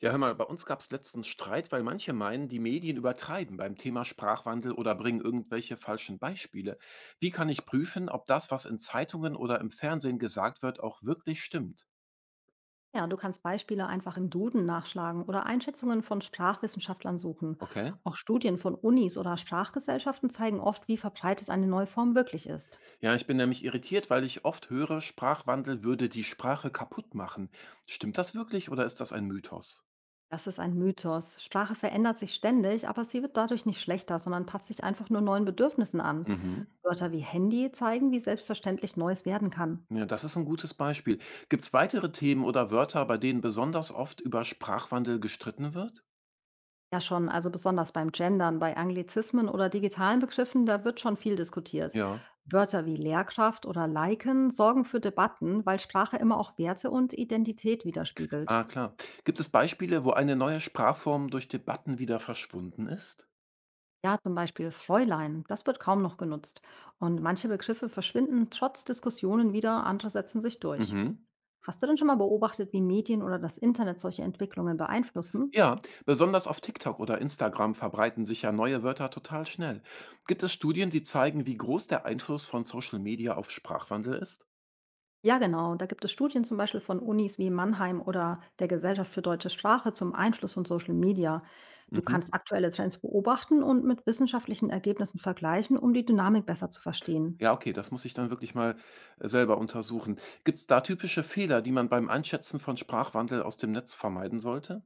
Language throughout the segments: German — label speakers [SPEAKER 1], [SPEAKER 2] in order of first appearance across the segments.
[SPEAKER 1] Ja, hör mal, bei uns gab es letztens Streit, weil manche meinen, die Medien übertreiben beim Thema Sprachwandel oder bringen irgendwelche falschen Beispiele. Wie kann ich prüfen, ob das, was in Zeitungen oder im Fernsehen gesagt wird, auch wirklich stimmt?
[SPEAKER 2] Ja, du kannst Beispiele einfach im Duden nachschlagen oder Einschätzungen von Sprachwissenschaftlern suchen.
[SPEAKER 1] Okay.
[SPEAKER 2] Auch Studien von Unis oder Sprachgesellschaften zeigen oft, wie verbreitet eine neue Form wirklich ist.
[SPEAKER 1] Ja, ich bin nämlich irritiert, weil ich oft höre, Sprachwandel würde die Sprache kaputt machen. Stimmt das wirklich oder ist das ein Mythos?
[SPEAKER 2] Das ist ein Mythos. Sprache verändert sich ständig, aber sie wird dadurch nicht schlechter, sondern passt sich einfach nur neuen Bedürfnissen an.
[SPEAKER 1] Mhm.
[SPEAKER 2] Wörter wie Handy zeigen, wie selbstverständlich Neues werden kann.
[SPEAKER 1] Ja, das ist ein gutes Beispiel. Gibt es weitere Themen oder Wörter, bei denen besonders oft über Sprachwandel gestritten wird?
[SPEAKER 2] Ja, schon. Also besonders beim Gendern, bei Anglizismen oder digitalen Begriffen, da wird schon viel diskutiert.
[SPEAKER 1] Ja.
[SPEAKER 2] Wörter wie Lehrkraft oder Liken sorgen für Debatten, weil Sprache immer auch Werte und Identität widerspiegelt.
[SPEAKER 1] Ah, klar. Gibt es Beispiele, wo eine neue Sprachform durch Debatten wieder verschwunden ist?
[SPEAKER 2] Ja, zum Beispiel Fräulein, das wird kaum noch genutzt. Und manche Begriffe verschwinden trotz Diskussionen wieder, andere setzen sich durch.
[SPEAKER 1] Mhm.
[SPEAKER 2] Hast du denn schon mal beobachtet, wie Medien oder das Internet solche Entwicklungen beeinflussen?
[SPEAKER 1] Ja, besonders auf TikTok oder Instagram verbreiten sich ja neue Wörter total schnell. Gibt es Studien, die zeigen, wie groß der Einfluss von Social Media auf Sprachwandel ist?
[SPEAKER 2] Ja, genau. Da gibt es Studien zum Beispiel von Unis wie Mannheim oder der Gesellschaft für deutsche Sprache zum Einfluss von Social Media. Du
[SPEAKER 1] Mhm.
[SPEAKER 2] kannst aktuelle Trends beobachten und mit wissenschaftlichen Ergebnissen vergleichen, um die Dynamik besser zu verstehen.
[SPEAKER 1] Ja, okay, das muss ich dann wirklich mal selber untersuchen. Gibt es da typische Fehler, die man beim Einschätzen von Sprachwandel aus dem Netz vermeiden sollte?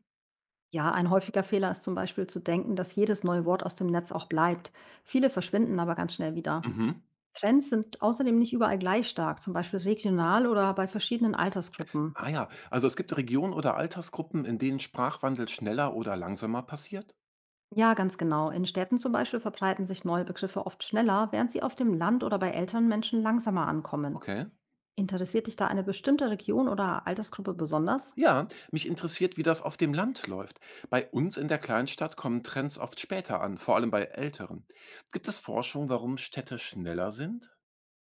[SPEAKER 2] Ja, ein häufiger Fehler ist zum Beispiel zu denken, dass jedes neue Wort aus dem Netz auch bleibt. Viele verschwinden aber ganz schnell wieder.
[SPEAKER 1] Mhm.
[SPEAKER 2] Trends sind außerdem nicht überall gleich stark, zum Beispiel regional oder bei verschiedenen Altersgruppen.
[SPEAKER 1] Ah ja, also es gibt Regionen oder Altersgruppen, in denen Sprachwandel schneller oder langsamer passiert?
[SPEAKER 2] Ja, ganz genau. In Städten zum Beispiel verbreiten sich neue Begriffe oft schneller, während sie auf dem Land oder bei älteren Menschen langsamer ankommen.
[SPEAKER 1] Okay.
[SPEAKER 2] Interessiert dich da eine bestimmte Region oder Altersgruppe besonders?
[SPEAKER 1] Ja, mich interessiert, wie das auf dem Land läuft. Bei uns in der Kleinstadt kommen Trends oft später an, vor allem bei Älteren. Gibt es Forschung, warum Städte schneller sind?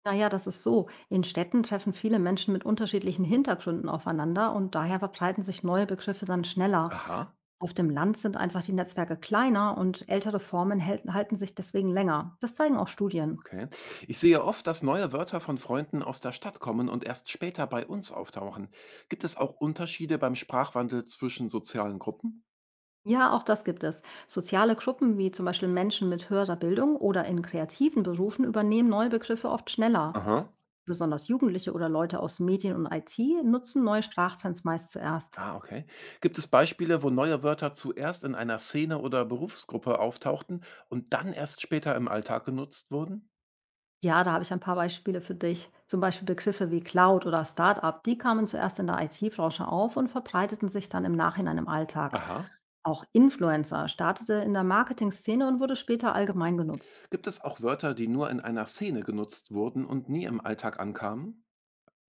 [SPEAKER 2] Naja, das ist so. In Städten treffen viele Menschen mit unterschiedlichen Hintergründen aufeinander und daher verbreiten sich neue Begriffe dann schneller.
[SPEAKER 1] Aha,
[SPEAKER 2] Auf dem Land sind einfach die Netzwerke kleiner und ältere Formen halten sich deswegen länger. Das zeigen auch Studien.
[SPEAKER 1] okay. Ich sehe oft, dass neue Wörter von Freunden aus der Stadt kommen und erst später bei uns auftauchen. Gibt es auch Unterschiede beim Sprachwandel zwischen sozialen Gruppen?
[SPEAKER 2] Ja, auch das gibt es. Soziale Gruppen wie zum Beispiel Menschen mit höherer Bildung oder in kreativen Berufen übernehmen neue Begriffe oft schneller.
[SPEAKER 1] Aha.
[SPEAKER 2] Besonders Jugendliche oder Leute aus Medien und IT nutzen neue Sprachtrends meist zuerst.
[SPEAKER 1] Ah, okay. Gibt es Beispiele, wo neue Wörter zuerst in einer Szene oder Berufsgruppe auftauchten und dann erst später im Alltag genutzt wurden?
[SPEAKER 2] Ja, da habe ich ein paar Beispiele für dich. Zum Beispiel Begriffe wie Cloud oder Startup, die kamen zuerst in der IT-Branche auf und verbreiteten sich dann im Nachhinein im Alltag.
[SPEAKER 1] Aha.
[SPEAKER 2] Auch Influencer startete in der Marketing-Szene und wurde später allgemein genutzt.
[SPEAKER 1] Gibt es auch Wörter, die nur in einer Szene genutzt wurden und nie im Alltag ankamen?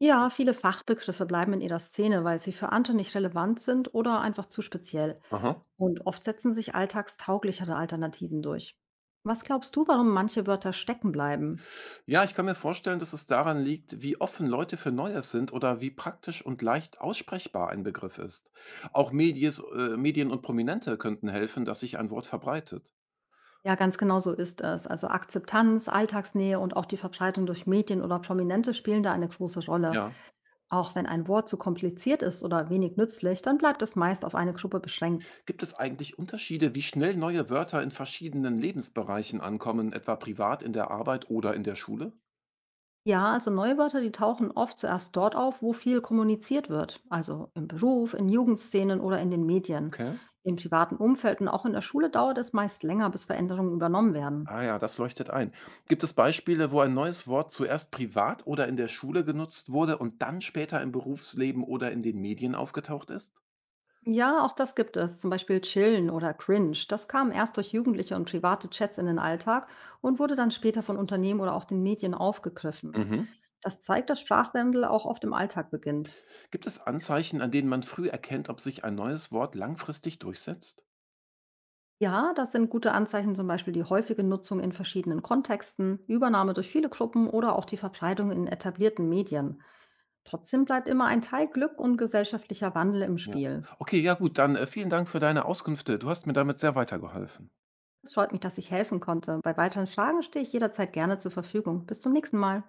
[SPEAKER 2] Ja, viele Fachbegriffe bleiben in ihrer Szene, weil sie für andere nicht relevant sind oder einfach zu speziell.
[SPEAKER 1] Aha.
[SPEAKER 2] Und oft setzen sich alltagstauglichere Alternativen durch. Was glaubst du, warum manche Wörter stecken bleiben?
[SPEAKER 1] Ja, ich kann mir vorstellen, dass es daran liegt, wie offen Leute für Neues sind oder wie praktisch und leicht aussprechbar ein Begriff ist. Auch Medien und Prominente könnten helfen, dass sich ein Wort verbreitet.
[SPEAKER 2] Ja, ganz genau so ist es. Also Akzeptanz, Alltagsnähe und auch die Verbreitung durch Medien oder Prominente spielen da eine große Rolle.
[SPEAKER 1] Ja.
[SPEAKER 2] Auch wenn ein Wort zu kompliziert ist oder wenig nützlich, dann bleibt es meist auf eine Gruppe beschränkt.
[SPEAKER 1] Gibt es eigentlich Unterschiede, wie schnell neue Wörter in verschiedenen Lebensbereichen ankommen, etwa privat, in der Arbeit oder in der Schule?
[SPEAKER 2] Ja, also neue Wörter, die tauchen oft zuerst dort auf, wo viel kommuniziert wird, also im Beruf, in Jugendszenen oder in den Medien.
[SPEAKER 1] Okay.
[SPEAKER 2] Im privaten Umfeld und auch in der Schule dauert es meist länger, bis Veränderungen übernommen werden.
[SPEAKER 1] Ah ja, das leuchtet ein. Gibt es Beispiele, wo ein neues Wort zuerst privat oder in der Schule genutzt wurde und dann später im Berufsleben oder in den Medien aufgetaucht ist?
[SPEAKER 2] Ja, auch das gibt es, zum Beispiel Chillen oder Cringe. Das kam erst durch Jugendliche und private Chats in den Alltag und wurde dann später von Unternehmen oder auch den Medien aufgegriffen.
[SPEAKER 1] Mhm.
[SPEAKER 2] Das zeigt, dass Sprachwandel auch oft im Alltag beginnt.
[SPEAKER 1] Gibt es Anzeichen, an denen man früh erkennt, ob sich ein neues Wort langfristig durchsetzt?
[SPEAKER 2] Ja, das sind gute Anzeichen, zum Beispiel die häufige Nutzung in verschiedenen Kontexten, Übernahme durch viele Gruppen oder auch die Verbreitung in etablierten Medien. Trotzdem bleibt immer ein Teil Glück und gesellschaftlicher Wandel im
[SPEAKER 1] Ja.
[SPEAKER 2] Spiel.
[SPEAKER 1] Okay, ja gut, dann vielen Dank für deine Auskünfte. Du hast mir damit sehr weitergeholfen.
[SPEAKER 2] Es freut mich, dass ich helfen konnte. Bei weiteren Fragen stehe ich jederzeit gerne zur Verfügung. Bis zum nächsten Mal.